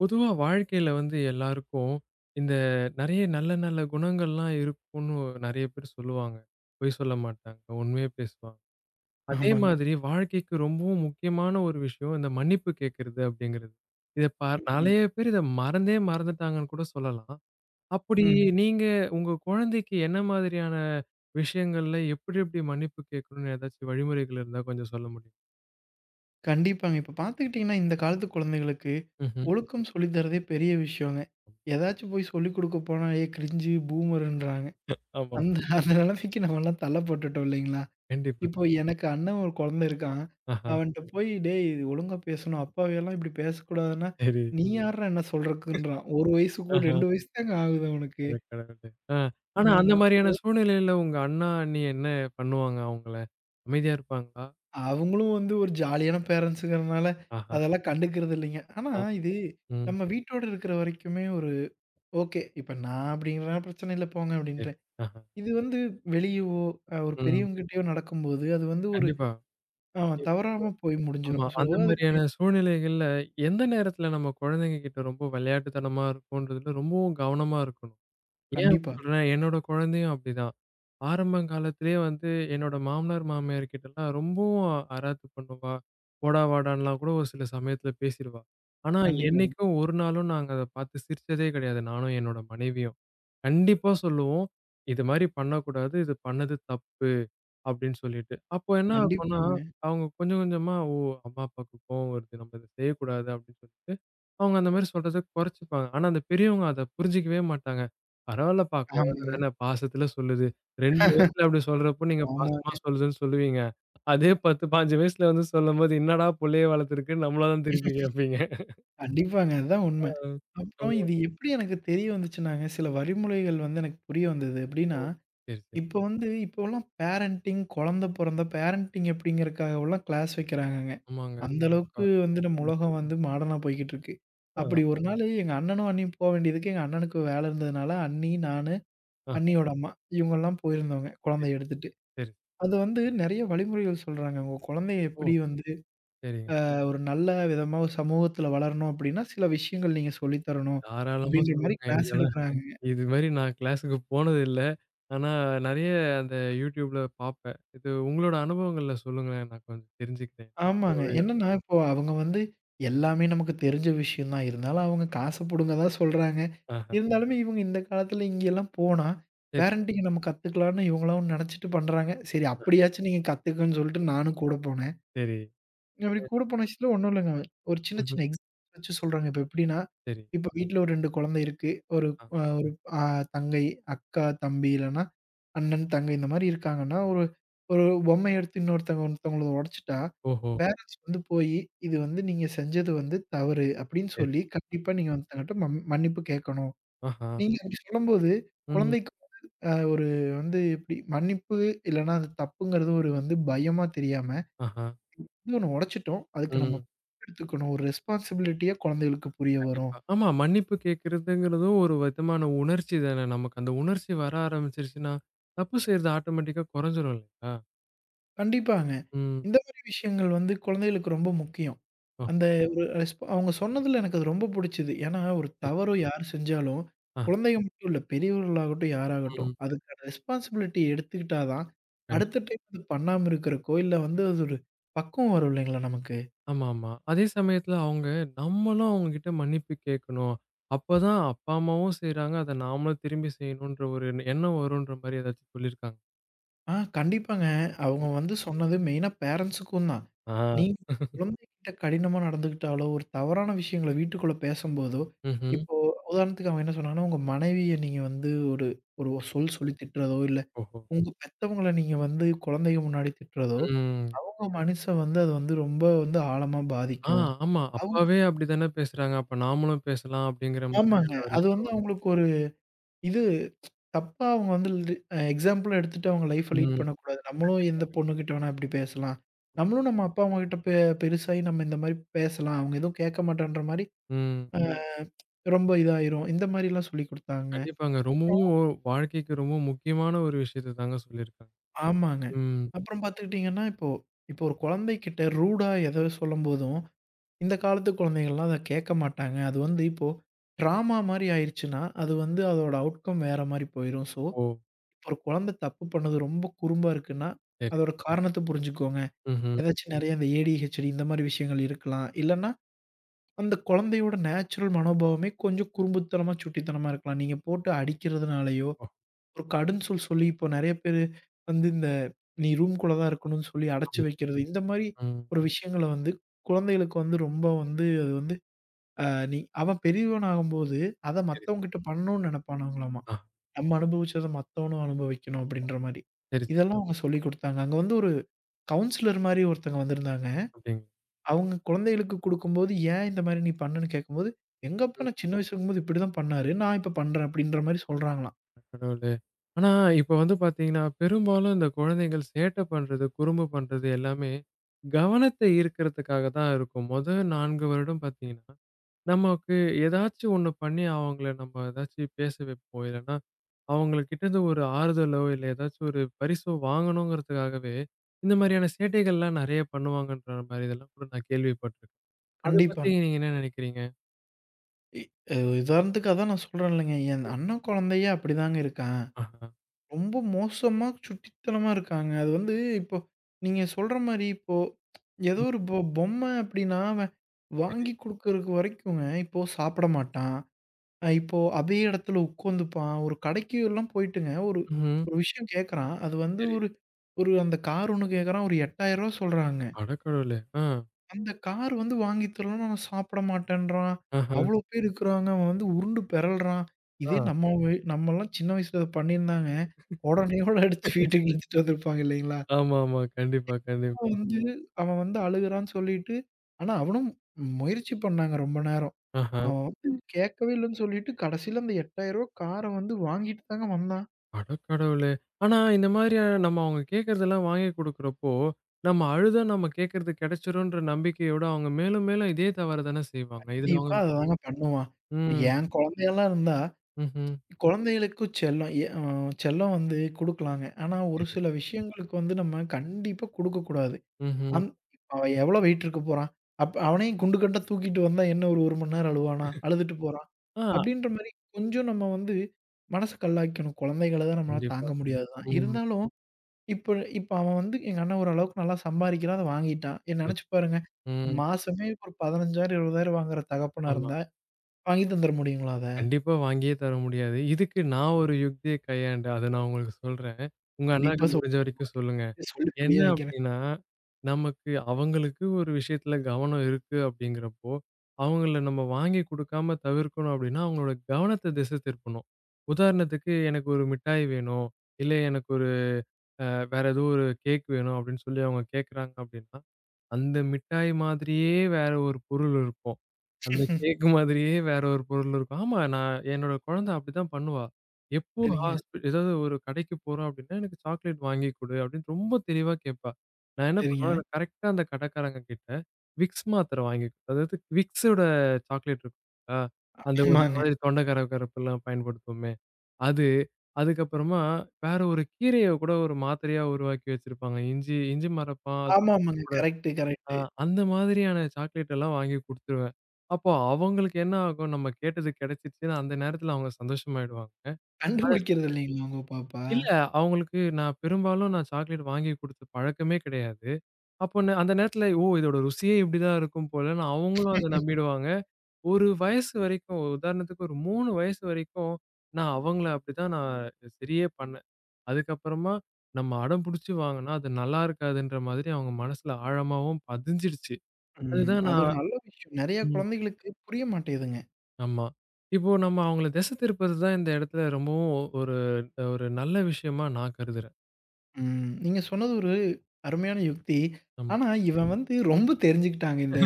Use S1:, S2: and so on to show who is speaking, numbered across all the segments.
S1: பொதுவா வாழ்க்கையில வந்து எல்லாருக்கும் இந்த நெறைய நல்ல நல்ல குணங்கள்லாம் இருக்கும்னு நெறைய பேர் சொல்லுவாங்க. பொய் சொல்ல மாட்டாங்க. உண்மைய பேசுவாங்க. அதே
S2: ஆமாங்க.
S1: மாதிரி வாழ்க்கைக்கு ரொம்பவும் முக்கியமான ஒரு விஷயம் இந்த மன்னிப்பு கேட்கறது அப்படிங்கிறது. இத பா
S2: ம்.
S1: நெறைய பேர் இத மறந்தே மறந்துட்டாங்கன்னு கூட சொல்லலாம். அப்படி
S2: ம்.
S1: நீங்க உங்க குழந்தைக்கு என்ன மாதிரியான விஷயங்கள்ல எப்படி எப்படி மன்னிப்பு கேட்கணும்னு ஏதாச்சும் வழிமுறைகள் இருந்தா கொஞ்சம் சொல்ல முடியுமா?
S2: கண்டிப்பாங்க. இப்ப பார்த்துக்கிட்டீங்கன்னா, இந்த காலத்து குழந்தைகளுக்கு
S1: ம்ஹ்ம்.
S2: ஒழுக்கம் சொல்லி தர்றதே பெரிய விஷயங்க. ஏதாச்சும் போய் சொல்லிக் குடுக்க போனா, "ஏய் கிரிஞ்சு, பூமருன்றாங்க."
S1: ஆமா.
S2: அந்த அந்த நிலைமைக்கு நம்மலாம் தள்ளப்பட்டுட்டோம் இல்லைங்களா?
S1: கண்டிப்பாங்க.
S2: இப்போ எனக்கு அண்ணன் ஒரு குழந்தை இருக்கான்.
S1: ஆஹா.
S2: அவன்ட்ட போய், "டேய் ஒழுங்கா பேசணும். அப்பாவியெல்லாம் இப்படி பேசக்கூடாதுன்னா,
S1: சரி.
S2: நீ யார்றா என்ன சொல்றக்குன்றான்." 1 வயசுக்கு
S1: ஆஹ.
S2: 2 வயசு தாங்க ஆகுது அவனுக்கு.
S1: அட கடவுளே! ஆ. ஆனா அந்த
S2: ஆமா.
S1: மாரியான சூழ்நிலையில உங்க அண்ணா, அண்ணி என்ன பண்ணுவாங்க அவங்கள? அமைதியா இருப்பாங்களா?
S2: அவங்களும் வந்து ஒரு ஜாலியான பேரண்ட்ஸுங்கிறனால,
S1: ஆஹா!
S2: அதெல்லாம் கண்டுக்கிறது இல்லைங்க. ஆனா
S1: ஆ.
S2: இது
S1: ம்.
S2: நம்ம வீட்டோட இருக்கிற வரைக்குமே ஒரு ஓகே. இப்ப நான் அப்படிங்கிறனால பிரச்சனை இல்ல போங்க
S1: சரி.
S2: அப்படின்றேன்.
S1: ஆஹா!
S2: இது வந்து வெளியவோ, ஒரு
S1: ம்.
S2: பெரியவங்ககிட்டயோ நடக்கும்போது, அது வந்து ஒரு
S1: கண்டிப்பா.
S2: அ
S1: எப்
S2: தவறாம போய்
S1: ஆமா.
S2: முடிஞ்சிரும். ஸோ,
S1: அந்த
S2: அதுக்கு
S1: மாரியான சூழ்நிலைகள்ல எந்த நேரத்துல நம்ம குழந்தைங்க கிட்ட ரொம்ப விளையாட்டுத்தனமா இருக்கோன்றதுல ரொம்பவும் கவனமா இருக்கணும். ஏன் அப்படி
S2: கண்டிப்பா,
S1: சொல்றேன், என்னோட குழந்தையும் அப்படிதான். ஆரம்ப காலத்திலேயே வந்து என்னோட மாமனார், மாமியார் கிட்டலாம் ரொம்பவும் அராத்து பண்ணுவா. போடா வாடான்லாம் கூட ஒரு சில சமயத்தில பேசிருவா. ஆனா
S2: கண்டிப்பாங்க.
S1: என்னைக்கும் ஒரு நாளும் நாங்க அத பார்த்து சிரிச்சதே கிடையாது. நானும் என்னோட மனைவியும். கண்டிப்பா சொல்லுவோம். இது மாரி பண்ணக்கூடாது. இது பண்ணது தப்பு. அப்படின்னு சொல்லிட்டு. அப்போ என்ன ஆகும்னா,
S2: கண்டிப்பாங்க.
S1: அவங்க கொஞ்சம் கொஞ்சமா, "ஓ! அம்மா, அப்பாவுக்கு கோவம் வருது. நம்ம இத செய்யக்கூடாது." அப்படின்னு சொல்லிட்டு, அவங்க அந்த மாரி சொல்றத குறைச்சுப்பாங்க. ஆனா, அந்த பெரியவங்க அத புரிஞ்சுக்கவே மாட்டாங்க. "பரவால்லப்பா, குழந்தை
S2: ஆமாங்க,
S1: தானே பாசத்துல சொல்லுது. 2 வயசுல அப்படி சொல்றப்போ, நீங்க
S2: ஆமா.
S1: பாசமா சொல்லுதுன்னு சொல்லுவீங்க. அதே 10, 15 வயசுல வந்து சொல்லும்போது, என்னடா புள்ளைய வளர்த்துருக்குன்னு" நம்மள தான் திருப்பி கேட்பீங்க.
S2: கண்டிப்பாங்க. அதுதான் உண்ம.
S1: அ.
S2: அப்புறம்
S1: ஆமா.
S2: இது எப்படி எனக்கு தெரிய வந்துச்சுன்னாங்க, சில வழிமுறைகள் வந்து எனக்கு புரிய வந்தது. எப்படின்னா
S1: ஓ! சரி, சரி.
S2: இப்ப வந்து இப்போலாம் பேரன்டிங் குழந்தை பொறந்தா பேரன்டிங் எப்டிங்கிறதுக்காகவெல்லாம் கிளாஸ் வைக்கிறாங்கங்க.
S1: ஆமாங்க.
S2: அந்த
S1: கண்டிப்பா.
S2: அளவுக்கு வந்து நம்ம
S1: ம்.
S2: உலகம் வந்து மாடர்னா போய்க்கிட்டு இருக்கு.
S1: ஆ
S2: அப்படி ஒரு நாள் எங்க அண்ணனும், அண்ணியும் போ வேண்டியதுக்கு எங்க அண்ணனுக்கு வேலை இருந்ததுனால அண்ணி,
S1: சரி.
S2: நானு,
S1: ஆஹா.
S2: அண்ணியோட அம்மா இவங்கலாம் போயிருந்தோங்க
S1: சரி,
S2: குழந்தைய எடுத்துட்டு.
S1: சரி.
S2: அது வந்து நெறைய வழிமுறைகள் சொல்றாங்க. உங்க குழந்தைய
S1: ஓ!
S2: எப்படி வந்து
S1: சரிங்க.
S2: ஒரு நல்ல விதமா ஒரு சமூகத்துல வளரணும் அப்படின்னா, சில விஷயங்கள் நீங்க சொல்லி தரணும்.
S1: தாராளமா
S2: அப்படின்ற மாரி
S1: சொல்லுங்க.
S2: கிளாஸ்
S1: இதெல்லாம்
S2: எடுக்குறாங்க.
S1: இது மாரி நான் கிளாஸ்க்கு போனது இல்ல. ஆனா நெறைய அந்த YouTubeல பாப்பேன். இது உங்களோட அனுபவங்கள்ல சொல்லுங்களேன். நான் கொஞ்சம் தெரிஞ்சுக்கிறேன்.
S2: ஆமாங்க. என்னன்னா, இப்போ அவங்க வந்து எல்லாமே நமக்கு தெரிஞ்ச விஷயம் தான். இருந்தாலும் அவங்க காசு புடுங்க தான் சொல்றாங்க.
S1: ஆஹா.
S2: இருந்தாலுமே இவங்க இந்த காலத்துல இங்கேல்லாம் போனா,
S1: சரி,
S2: பேரண்டிங் நம்ம கத்துக்கலான்னு இவங்களாவும் நெனச்சுட்டு பண்றாங்க. சரி அப்படியாச்சும் நீங்க கத்துக்கங்கன்னு சொல்லிட்டு நானும் கூட போனேன்.
S1: சரி.
S2: அப்படி
S1: ஆ சரி. ம்.
S2: கூட போன விஷயத்துல ஒண்ணும் இல்லங்க. ஒரு சின்ன
S1: ம்ஹ்ம்.
S2: சின்ன எக்ஸாம்பிள் வச்சு சொல்றேங்க. இப்ப எப்படின்னா,
S1: சரி.
S2: இப்ப வீட்ல ஒரு 2 குழந்தை இருக்கு. ஒரு
S1: ஆ.
S2: ஒரு அ தங்கை, அக்கா, தம்பி இல்லன்னா அண்ணன், தங்கை இந்த மாரி இருக்காங்கன்னா, ஒரு ஒரு பொம்மைய எடுத்து இன்னொருத்தவங்க ஒருத்தவங்கள உடைச்சுட்டா,
S1: ஓஹோ!
S2: பேரண்ட்ஸ் வந்து போயி, "இது வந்து நீங்க செஞ்சது வந்து தவறு" அப்படின்னு
S1: சரி.
S2: சொல்லி கண்டிப்பா நீங்க ஒருத்தவங்கட்ட மன்னிப்பு கேட்கணும்.
S1: ஆஹா.
S2: நீங்க அப்படி சொல்லும்போது,
S1: ம்.
S2: குழந்தைக்கு ஒரு வந்து எப்படி மன்னிப்பு இல்லன்னா அது தப்புங்கிறது ஒரு வந்து பயமா தெரியாம
S1: ஆஹா.
S2: இது ஒண்ணு உடைச்சிட்டோம். அதுக்கு நம்ம
S1: ம்.
S2: எடுத்துக்கணும். ஒரு ரெஸ்பான்சிபிலிட்டியா குழந்தைகளுக்கு புரிய வரும்.
S1: கண்டிப்பா. ஆமா. மன்னிப்பு கேட்கிறதுங்கிறதும் ஒரு விதமான உணர்ச்சி தானே. நமக்கு அந்த உணர்ச்சி வர ஆரம்பிச்சுருச்சுன்னா, தப்பு செய்றது ஆட்டோமேட்டிக்கா குறைஞ்சிரும் இல்லையா?
S2: கண்டிப்பாங்க.
S1: ம்.
S2: இந்த மாரி விஷயங்கள் வந்து குழந்தைகளுக்கு ரொம்ப முக்கியம்.
S1: ஓ!
S2: அந்த ஒரு அவங்க சொன்னதுல எனக்கு அது ரொம்ப புடிச்சது. ஏன்னா, ஒரு
S1: சரி.
S2: தவறு யார் செஞ்சாலும்,
S1: ஆ.
S2: குழந்தைங்க மட்டும் இல்ல, பெரியவர்களாகட்டும், யாராகட்டும்.
S1: ம்.
S2: அதுக்கான ரெஸ்பான்சிபிலிட்டி எடுத்துக்கிட்டா தான்,
S1: கண்டிப்பா.
S2: அடுத்த டைம் அது பண்ணாம இருக்கிறக்கோ, இல்ல வந்து அது ஒரு பக்குவம் வரும் இல்லைங்களா நமக்கு?
S1: ஆமாமா. அதே சமயத்துல அவங்க நம்மளும் அவங்ககிட்ட மன்னிப்பு கேட்கணும். அப்பதான் அப்பா, அம்மாவும் செய்றாங்க. அத நாமளும் திரும்பி செய்யணுன்ற ஒரு எண்ணம் வரும்ன்ற மாரி ஏதாச்சும் சொல்லியிருக்காங்க?
S2: ஆ கண்டிப்பாங்க. அவங்க வந்து சொன்னது மெயினா பேரண்ட்ஸுக்கும் தான்.
S1: ஆ.
S2: நீங்க குழந்தைகிட்ட கடினமா நடந்துக்கிட்டாலோ, ஒரு தவறான விஷயங்கள வீட்டுக்குள்ள பேசும்போதோ,
S1: ம்ஹ்ம்.
S2: இப்போ உதாரணத்துக்கு அவங்க என்ன சொன்னாங்கன்னா, உங்க மனைவிய நீங்க வந்து ஒரு ஒரு சொல் சொல்லி திட்டுறதோ, இல்ல
S1: ஓஹோ!
S2: உங்க பெத்தவங்கள நீங்க வந்து குழந்தைங்க முன்னாடி திட்டுறதோ,
S1: ம்.
S2: அவங்க மனச வந்து அது வந்து ரொம்ப வந்து ஆழமா
S1: ஆ,
S2: பாதிக்கும்.
S1: ஆமா.
S2: அவங்க
S1: அப்பாவே அப்படித்தானே பேசுறாங்க. அப்ப நாமளும் பேசலாம் அப்படிங்கிற
S2: ஆமாங்க.
S1: மாதிரியான ஒரு
S2: அது வந்து அவங்களுக்கு ஒரு இது தப்பா அவங்க வந்து லி அ எக்ஸாம்பிளா எடுத்துட்டு அவங்க லைஃப்ப
S1: எண்ணம்.
S2: லீட்
S1: ம்.
S2: பண்ணக்கூடாது. நம்மளும் எந்த பொண்ணுகிட்ட வேணா இப்படி பேசலாம். நம்மளும் நம்ம அப்பா, அம்மா கிட்ட பெருசாகி நம்ம இந்த மாரி பேசலாம். அவங்க எதுவும் கேட்க மாட்டேன்ற மாரி
S1: ம்.
S2: அ ரொம்ப இதாயிரும். இந்த மாரிலாம் சொல்லிக் குடுத்தாங்க.
S1: கண்டிப்பாங்க.
S2: அப்புறம்
S1: ரொம்பவும் ஒரு வாழ்க்கைக்கு ரொம்ப முக்கியமான ஒரு விஷயத்த தாங்க சொல்லியிருக்காங்க.
S2: ஆமாங்க.
S1: ம்.
S2: அப்புறம் பார்த்துக்கிட்டீங்கன்னா, இப்போ இப்போ ஒரு குழந்தைகிட்ட ரூடா எதோ சொல்லும்போதும், இந்த காலத்து குழந்தைகள்லாம் அத கேட்க மாட்டாங்க. அது வந்து இப்போ ட்ராமா மாரி ஆயிருச்சுன்னா, அது வந்து அதோட அவுட்கம் வேற மாரி போயிரும். ஸோ
S1: ஓ!
S2: ஒரு குழந்தை தப்பு பண்ணது ரொம்ப குறும்பா இருக்குன்னா,
S1: சரி.
S2: அதோட காரணத்த புரிஞ்சுக்கோங்க.
S1: ம்ஹ்ம்.
S2: ஏதாச்சும் நெறைய இந்த ADHD இந்த மாரி விஷயங்கள் இருக்கலாம். இல்லன்னா, அந்த குழந்தையோட நேச்சுரல் மனோபாவமே கொஞ்சம் குறும்புத்தனமா, சுட்டித்தனமா இருக்கலாம். நீங்க போட்டு அடிக்கிறதுனாலயோ,
S1: ஓ!
S2: ஒரு கடும் சொல் சொல்லி இப்போ நெறைய பேரு வந்து இந்த நீ ரூம்குள்ள தான் இருக்கணும்னு சொல்லி அடைச்சு
S1: ஆமா.
S2: வைக்கிறது. இந்த மாரி
S1: ம்.
S2: ஒரு விஷயங்கள வந்து குழந்தைகளுக்கு வந்து ரொம்ப வந்து அது வந்து அ நீ அவன் பெரியவனாகும்போது, அத
S1: சரி.
S2: மத்தவங்ககிட்ட பண்ணணும்னு நெனைப்பானாங்களாமா.
S1: ஆ.
S2: நம்ம அனுபவிச்சத மத்தவனும் அனுபவிக்கணும் அப்படின்ற மாரி.
S1: சரி.
S2: இதெல்லாம் அவங்க கண்டிப்பா. சொல்லிக் குடுத்தாங்க. அங்க வந்து ஒரு கவுன்சிலர் மாரி ஒருத்தங்க வந்திருந்தாங்க.
S1: அப்படிங்களா?
S2: அவங்க குழந்தைகளுக்கு குடுக்கும்போது, "ஏன் இந்த மாரி நீ பண்ணன்னு?" கேட்கும்போது, "எங்க அப்பா
S1: ம்.
S2: நான் சின்ன வயசுல இருக்கும்போது இப்படி தான் பண்ணாரு. நான் இப்ப பண்றேன்." அப்படின்ற மாரி சொல்றாங்களாம்.
S1: கடவுளே! ஆனா, இப்ப வந்து பார்த்தீங்கன்னா, பெரும்பாலும் இந்த குழந்தைகள் சேட்டை பண்றது, குறும்பு பண்றது எல்லாமே கவனத்தை ஈர்க்கிறதுக்காக தான் இருக்கும். முதல் 4 வருடம் பார்த்தீங்கன்னா, நமக்கு ஏதாச்சும் ஒண்ணு பண்ணி அவங்கள நம்ம ஏதாச்சும் பேச வைப்போம். இல்லன்னா, அவங்ககிட்டருந்து ஒரு ஆறுதலோ, இல்ல ஏதாச்சும் ஒரு பரிசோ வாங்கணுங்கிறதுக்காகவே, இந்த மாரியான சேட்டைகள்லாம் நெறைய பண்ணுவாங்கன்ற மாரி இதெல்லாம் கூட நான் கேள்விப்பட்டுருக்கேன். அத
S2: கண்டிப்பா.
S1: பத்தி நீங்க என்ன நினைக்கிறீங்க?
S2: இ அ உதாரணத்துக்கு அதான் நான் சொல்றேன் இல்லைங்க. என் அண்ணன் குழந்தையே அப்படிதாங்க இருக்கான்.
S1: ஆஹா.
S2: ரொம்ப மோசமா சுட்டித்தனமா இருக்காங்க. அது வந்து இப்போ நீங்க சொல்ற மாரி இப்போ ஏதோ
S1: ம்.
S2: ஒரு பொம்மை அப்படின்னா, அவன்
S1: சரி.
S2: வாங்கி குடுக்கறக்கு வரைக்குங்க இப்போ சாப்பிட மாட்டான். இப்போ அதே இடத்துல உட்காந்துப்பான். ஒரு கடைக்கு எல்லாம் போயிட்டுங்க. ஒரு
S1: ம்ஹ்ம்.
S2: ஒரு விஷயம் கேட்கறான். அது வந்து
S1: சரி.
S2: ஒரு ஒரு அந்த கார் ஒண்ணு கேட்கறான். ஒரு ரூ. 8,000 சொல்றாங்க.
S1: அடக்கடவுளே! ஆ.
S2: அந்த கார் வந்து வாங்கி தரலன்னா, நான் சாப்பிட மாட்டேன்றான்.
S1: ஆஹா.
S2: அவ்வளோ பேர் இருக்கிறாங்க. அவன் வந்து உருண்டு பெறல்றான். இதே
S1: ஆ.
S2: நம்மலாம் சின்ன வயசுல இத பண்ணியிருந்தாங்க, உடனேயோட அடிச்சு வீட்டுக்கு இழுத்துட்டு வந்திருப்பாங்க இல்லைங்களா?
S1: ஆமாமா. கண்டிப்பா, கண்டிப்பா.
S2: அவன் வந்து அவன் வந்து அழுகுறான்னு சொல்லிட்டு ஆனா அவனும் முயற்சி பண்ணாங்க ரொம்ப நேரம்.
S1: ஆஹா!
S2: அவன் வந்து கேட்கவே இல்லன்னு சொல்லிட்டு, கடைசில அந்த ரூ. 8,000 கார வந்து வாங்கிட்டு தாங்க வந்தான்.
S1: அடக்கடவுளே! ஆனா இந்த மாதிரியான நம்ம அவங்க கேட்கறதெல்லாம் வாங்கி குடுக்குறப்போ, நம்ம அழுதா நம்ம கேட்கறது கிடைச்சிரும்ன்ற நம்பிக்கையோட அவங்க மேலும், மேலும் இதே தவற தானே செய்வாங்க. இதுல
S2: கண்டிப்பா
S1: அவங்க
S2: அததாங்க பண்ணுவான்.
S1: ம்.
S2: என் குழந்தையெல்லாம் இருந்தா,
S1: ம்ஹ்ம்.
S2: குழந்தைகளுக்கும் செல்லம் எ அ செல்லம் வந்து குடுக்கலாங்க. ஆனா, ஒரு
S1: சரி.
S2: சில விஷயங்களுக்கு வந்து நம்ம கண்டிப்பா குடுக்கக்கூடாது.
S1: ம்ஹ்ம்.
S2: அந் அவன் எவ்வளோ வெயிட் இருக்க போறான்? அப்ப அவனையும் குண்டு கட்டா தூக்கிட்டு வந்தா என்ன ஒரு 1 மணி நேரம் அழுவானா? அழுதுட்டு போறான்.
S1: ஆ
S2: அப்படின்ற மாரி கொஞ்சம் நம்ம வந்து மனச கல்லாக்கிக்கணும். குழந்தைகள தான் நம்மளால
S1: கண்டிப்பா.
S2: தாங்க முடியாது தான்.
S1: ம்.
S2: இருந்தாலும் இப்ப இப்ப அவன் வந்து எங்க அண்ணன் ஓரளவுக்கு நல்லா சம்பாரிக்கிறான். அத வாங்கிட்டான்.
S1: சரி.
S2: நெனச்சு பாருங்க.
S1: ம்.
S2: மாசமே ஒரு 15,000 20,000 வாங்குற தகப்பனா
S1: ஆமா.
S2: இருந்தா, வாங்கி தந்துர முடியுங்களா அத?
S1: கண்டிப்பா வாங்கியே தர முடியாது. இதுக்கு நான் ஒரு யுக்திய கையாண்டேன். அத நான் உங்களுக்கு சொல்றேன். உங்க அண்ணாக்கு
S2: கண்டிப்பா சொல்
S1: முடிஞ்ச வரைக்கும் சொல்லுங்க.
S2: சொல்லி புரிய
S1: என்ன
S2: வைக்கிறேன்.
S1: அப்டின்னா, நமக்கு அவங்களுக்கு ஒரு விஷயத்துல கவனம் இருக்கு அப்டிங்கிறப்போ, அவங்கள நம்ம வாங்கி குடுக்காம தவிர்க்கணும் அப்டின்னா, அவங்களோட கவனத்த திசை திருப்பணும். உதாரணத்துக்கு எனக்கு ஒரு மிட்டாய் வேணும், இல்ல எனக்கு ஒரு அ வேற ஏதோ ஒரு கேக் வேணும் அப்டின்னு சொல்லி அவங்க கேட்கறாங்க அப்டின்னா, அந்த மிட்டாய் மாதிரியே வேற ஒரு பொருள் இருக்கும். அந்த கேக் மாதிரியே வேற ஒரு பொருள் இருக்கும். ஆமா, நான் என்னோட குழந்தை அப்படிதான் பண்ணுவா. எப்போ
S2: சரிங்க,
S1: ஹாஸ்பி ஏதாவது ஒரு கடைக்கு போறோம் அப்படின்னா, "எனக்கு சாக்லேட் வாங்கி கொடு" அப்படின்னு ரொம்ப தெளிவா கேட்பா. நான் என்ன
S2: சரிங்க.
S1: பண்ணுவேன், கரெக்ட்டா அந்த கடைக்காரங்க கிட்ட விக்ஸ் மாத்திரை வாங்கி கொடு, அதாவது விக்ஸோட சாக்லேட் இருக்கும் இல்லையா? அந்த ஒரு
S2: ஆமாங்க.
S1: மாதிரி தொண்டை கரகரப்பெல்லாம் பயன்படுத்துவோமே, அது. அதுக்கப்புறமா வேற ஒரு கீரைய கூட ஒரு மாத்திரையா உருவாக்கி வச்சிருப்பாங்க. இஞ்சி இஞ்சி மரப்பா
S2: ஆமா, ஆமாங்க. கரெக்ட்டு,
S1: ஆ
S2: கரெக்ட்டு.
S1: அந்த மாதிரியான சாக்லேட் எல்லாம் வாங்கி குடுத்துருவேன். அப்போ அவங்களுக்கு என்ன ஆகும்? நம்ம கேட்டது கிடைச்சிச்சுன்னு அந்த நேரத்துல அவங்க சந்தோஷமாயிடுவாங்க. அத
S2: கண்டுபிடிக்கிறது இல்லைங்களா உங்க பாப்பா?
S1: இல்ல அவங்களுக்கு நான் பெரும்பாலும் சாக்லேட் வாங்கி குடுத்த பழக்கமே கிடையாது. அப்போ ந அந்த நேரத்துல ஓ! இதோட ருசியே இப்படிதான் இருக்கும் போலன்னு அவங்களும் அத நம்பிடுவாங்க. ஒரு வயசு வரைக்கும் உதாரணத்துக்கு ஒரு 3 வயசு வரைக்கும் நான் அவங்கள அப்படிதான் சரியே பண்ணேன். அதுக்கப்புறமா நம்ம அடம் புடிச்சு வாங்குனா அது நல்லா இருக்காதுன்ற மாதிரி அவங்க மனசுல ஆழமாவும் பதிஞ்சிடுச்சு.
S2: ம்.
S1: அதுதான்
S2: அது ஒரு
S1: நான்
S2: நல்ல விஷயம். நெறைய
S1: ம்.
S2: குழந்தைகளுக்கு புரிய மாட்டேங்குதுங்க.
S1: ஆமா. இப்போ நம்ம அவங்கள திசை திருப்புறது தான் இந்த இடத்துல ரொம்பவும் ஒரு ஒரு நல்ல விஷயமா நான் கருதுறேன்.
S2: ம். நீங்க சொன்னது ஒரு அருமையான யுக்தி.
S1: நம்
S2: ஆனா இவன் வந்து ரொம்ப தெரிஞ்சுக்கிட்டாங்க. இந்த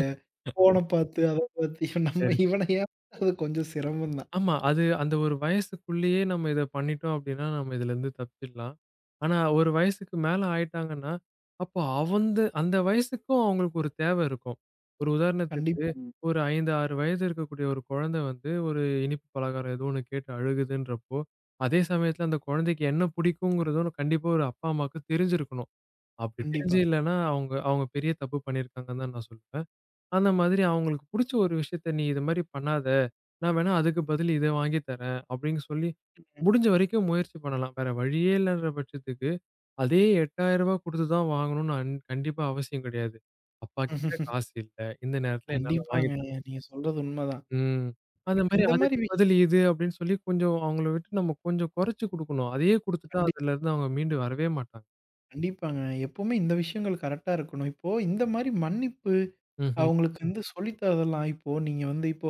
S2: ஃபோன
S1: ம்.
S2: பார்த்து, அத பார்த்து இவன் நம்ம
S1: சரி.
S2: இவன ஏமாத்துறது கொஞ்சம் சிரமம் தான்.
S1: ஆமா. அது அந்த ஒரு வயசுக்குள்ளேயே நம்ம இத பண்ணிட்டோம் அப்படின்னா, நம்ம இதுலருந்து தப்பிச்சிடலாம். ஆனா, ஒரு வயசுக்கு மேல ஆயிட்டாங்கன்னா, அப்போ அந்த வயசுக்கும் அவங்களுக்கு ஒரு தேவை இருக்கும். ஒரு உதாரணத்துக்கு
S2: கண்டிப்பா,
S1: ஒரு 5, 6 வயது இருக்கக்கூடிய ஒரு குழந்தை வந்து ஒரு இனிப்பு பலகாரம் ஏதோ ஒண்ணு கேட்டு அழுகுதுன்றப்போ, அதே சமயத்துல அந்த குழந்தைக்கு என்ன பிடிக்குங்கிறதும் கண்டிப்பா ஒரு அப்பா, அம்மாவுக்கு தெரிஞ்சிருக்கணும். அப்படி
S2: கண்டிப்பா.
S1: தெரிஞ்சு இல்லன்னா, அவங்க அவங்க பெரிய தப்பு பண்ணியிருக்காங்கன்னு தான் நான் சொல்லுவேன். அந்த மாதிரி அவங்களுக்கு புடிச்ச ஒரு விஷயத்த "நீ இது மாரி பண்ணாத. நான் வேணா அதுக்கு பதில் இத வாங்கி தரேன்" அப்படின்னு சொல்லி முடிஞ்ச வரைக்கும் முயற்சி பண்ணலாம். வேற வழியே இல்லன்ற பட்சத்துக்கு, அதே ரூ. 8,000 குடுத்து தான் வாங்கணும்னு கண்டிப்பா அவசியம் கிடையாது. "அப்பா கிட்ட காசு இல்ல. இந்த நேரத்துல என்னால வாங்கி
S2: கண்டிப்பாங்க.
S1: தர"
S2: நீங்க சொல்றது உண்மதான்.
S1: ம். அந்த
S2: இப்ப
S1: மாரி
S2: இந்த மாரி
S1: அதுக்கு
S2: விஷயம்
S1: பதில் இது அப்படின்னு சொல்லி கொஞ்சம் அவங்கள விட்டு நம்ம கொஞ்சம் குறைச்சு குடுக்கணும். அதையே குடுத்துட்டா
S2: கண்டி
S1: அதுலருந்து அவங்க மீண்டு வரவே மாட்டாங்க.
S2: கண்டிப்பாங்க. எப்பவுமே இந்த விஷயங்கள் கரெக்ட்டா இருக்கணும். இப்போ இந்த மாரி மன்னிப்பு
S1: ம்ஹ்ம்.
S2: அவங்களுக்கு வந்து சொல்லி தரதெல்லாம், இப்போ நீங்க வந்து இப்போ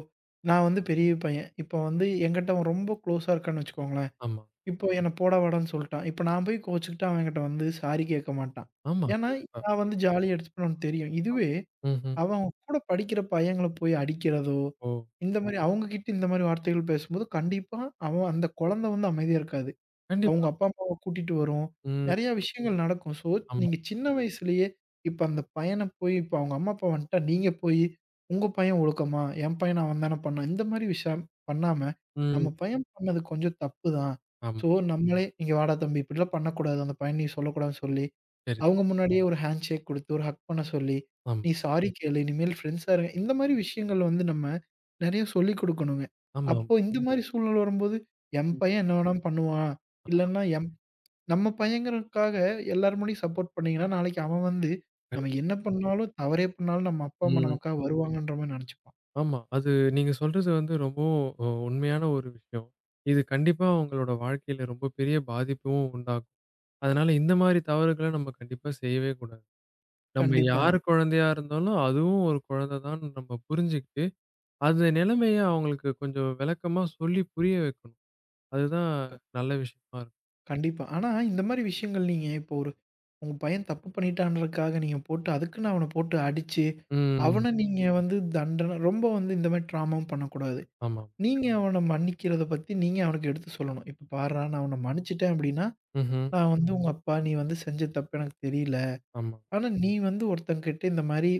S2: நான் வந்து பெரிய பையன். இப்போ வந்து என்கிட்ட அவன் ரொம்ப க்ளோஸா இருக்கான்னு வச்சுக்கோங்களேன்.
S1: ஆமா.
S2: இப்போ என்ன போடா வாடான்னு சொல்ட்டான். இப்ப நான் போய் கோச்சுக்கிட்டு அவன் என்கிட்ட வந்து சாரி கேட்க மாட்டான்.
S1: ஆமா.
S2: ஏன்னா,
S1: கண்டிப்பா.
S2: நான் வந்து ஜாலியா எடுத்துப்பேன்னு அவனுக்கு தெரியும்.
S1: ஆமா.
S2: இதுவே
S1: ம்ஹ்ம்.
S2: அவன் கூட படிக்கிற பையங்கள போய் அடிக்கிறதோ,
S1: ஓ!
S2: இந்த மாரி அவுங்ககிட்ட இந்த மாரி வார்த்தைகள் பேசும்போது, கண்டிப்பா அவன் அந்த குழந்தை வந்து அமைதியா இருக்காது. அவங்க
S1: கண்டிப்பா.
S2: அப்பா, அம்மாவ கூட்டிட்டு வரும்.
S1: ம்.
S2: நெறைய விஷயங்கள் நடக்கும். ஸோ,
S1: ஆமா.
S2: நீங்க சின்ன வயசுலயே இப்ப அந்த பையன போய் இப்ப அவங்க அம்மா, அப்பா வந்துட்டா நீங்க போய், உங்க பையன் ஒழுக்கமா? என் பையன் அவன் தானே பண்ணான். இந்த மாரி விஷயம் பண்ணாம, நம்ம
S1: ம்.
S2: பையன் பண்ணது கொஞ்சம் தப்பு தான்.
S1: ஆமா.
S2: ஸோ, நம்மளே "இங்க வாடா தம்பி இப்படிலாம் பண்ணக்கூடாது. அந்த பையன் நீ சொல்லக்கூடாதுன்னு" சொல்லி,
S1: சரி.
S2: அவங்க முன்னாடியே ஒரு ஹேண்ட் ஷேக் குடுத்து, ஒரு ஹக் பண்ண சொல்லி,
S1: ஆமா.
S2: "நீ சாரி கேளு. இனிமேல் ஃப்ரெண்ட்ஸா இருங்க." இந்த மாரி விஷயங்கள் வந்து நம்ம நெறைய சொல்லிக் குடுக்கணுங்க.
S1: ஆமாம்.
S2: அப்போ இந்த மாரி சூழ்நிலை வரும்போது, "என்
S1: ம்.
S2: பையன் என்ன வேணாலும் பண்ணுவான். இல்லன்னா நம்ம பையங்கறதுக்காக எல்லார் முன்னாடியும் சப்போர்ட் பண்ணீங்கன்னா, நாளைக்கு அவன் வந்து, நம்ம என்ன
S1: கண்டிப்பா.
S2: பண்ணாலும், தவறே பண்ணாலும் நம்ம அப்பா, அம்மா
S1: ம்.
S2: நமக்காக வருவாங்கன்ற மாரி நெனச்சுப்பான்.
S1: ஆமா. அது நீங்க சொல்றது வந்து ரொம்பவும் உண்மையான ஒரு விஷயம். இது கண்டிப்பா உங்களோட வாழ்க்கையில ரொம்ப பெரிய பாதிப்பும் உண்டாக்கும். அதனால இந்த மாரி தவறுகள நம்ம கண்டிப்பா செய்யவே கூடாது. நம்ம
S2: கண்டிப்பாங்க.
S1: யார் குழந்தையா இருந்தாலும் அதுவும் ஒரு குழந்தை தான் நம்ம புரிஞ்சுக்கிட்டு, அந்த நிலைமைய அவங்களுக்கு கொஞ்சம் விளக்கமா சொல்லி புரிய வைக்கணும். அதுதான் நல்ல விஷயமா இருக்கும்.
S2: கண்டிப்பா. ஆனா, இந்த மாரி விஷயங்கள் நீங்க இப்போ ஒரு உங்க பையன் தப்பு பண்ணிட்டான்றதுக்காக நீங்க போட்டு, அதுக்குன்னு அவன போட்டு அடிச்சு,
S1: ம்.
S2: அவன நீங்க வந்து தண்டன ரொம்ப வந்து இந்த மாரி ட்ராமாவும் பண்ணக்கூடாது.
S1: ஆமா.
S2: நீங்க அவன மன்னிக்கிறத பத்தி நீங்க அவனுக்கு எடுத்து சொல்லணும். "இப்ப பார்றா நான் உன்ன மன்னிச்சுட்டேன் அப்டின்னா,
S1: ம்ஹ்ம்.
S2: நான் வந்து உங்க அப்பா, நீ வந்து செஞ்ச தப்பு எனக்கு தெரியல."
S1: ஆமா.
S2: ஆனா, நீ வந்து ஒருத்தன்கிட்ட இந்த மாரி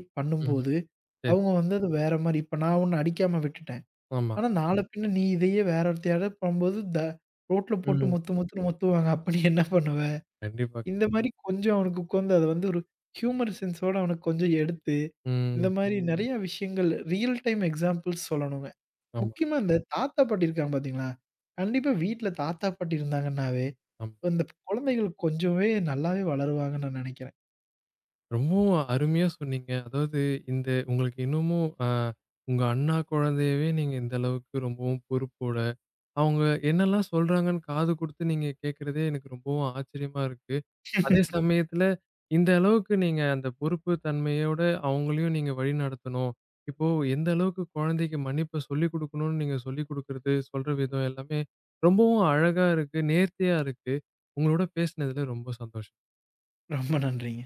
S1: ம்ஹ்ம்.
S2: பண்ணும்போது,
S1: சரி.
S2: அவங்க வந்து அது வேற மாரி இப்ப நான் உன்ன அடிக்காம விட்டுட்டேன்.
S1: ஆமா.
S2: ஆனா, நாள பின்ன நீ இதையே வேற ஒருத்தையாட பண்ணும்போது, ரோட்ல போட்டு
S1: ம்.
S2: மொத்து மொத்துன்னு மொத்துவாங்க. அப்ப நீ என்ன பண்ணுவ?
S1: கண்டிப்பா.
S2: இந்த மாரி கொஞ்சம் அவனுக்கு உட்காந்து அத வந்து ஒரு ஹியூமர் சென்ஸோட அவனுக்கு கொஞ்சம் எடுத்து, இந்த
S1: ம்.
S2: மாரி நெறைய விஷயங்கள் ரியல் டைம் எக்ஸாம்பிள்ஸ் சொல்லணுங்க.
S1: ஆமா,
S2: முக்கியமா இந்த தாத்தா, பாட்டி இருக்காங்க பார்த்தீங்களா? கண்டிப்பா வீட்ல தாத்தா, பாட்டி இருந்தாங்கன்னாவே,
S1: ஆமா.
S2: இந்த குழந்தைகள் கொஞ்சமே நல்லாவே வளருவாங்கன்னு நான் நெனைக்கிறேன்.
S1: ரொம்பவும் அருமையா சொன்னீங்க. அதாவது இந்த உங்களுக்கு இன்னமும் உங்க அண்ணா குழந்தையவே நீங்க இந்த அளவுக்கு ரொம்பவும் பொறுப்போட, அவங்க என்னெல்லாம் சொல்றாங்கன்னு காது குடுத்து நீங்க கேட்கிறதே எனக்கு ரொம்பவும் ஆச்சரியமா இருக்கு. அதே சமயத்துல, இந்த அளவுக்கு நீங்க அந்த பொறுப்பு தன்மையோட அவங்களையும் நீங்க வழிநடத்தணும். இப்போ எந்த அளவுக்கு குழந்தைக்கு மன்னிப்ப சொல்லிக் குடுக்கணும்னு நீங்க சொல்லிக் குடுக்குறது, சொல்ற விதம் எல்லாமே ரொம்பவும் அழகா இருக்கு. நேர்த்தியா இருக்கு. உங்களோட பேசினதுல ரொம்ப சந்தோஷம்.
S2: ரொம்ப நன்றிங்க.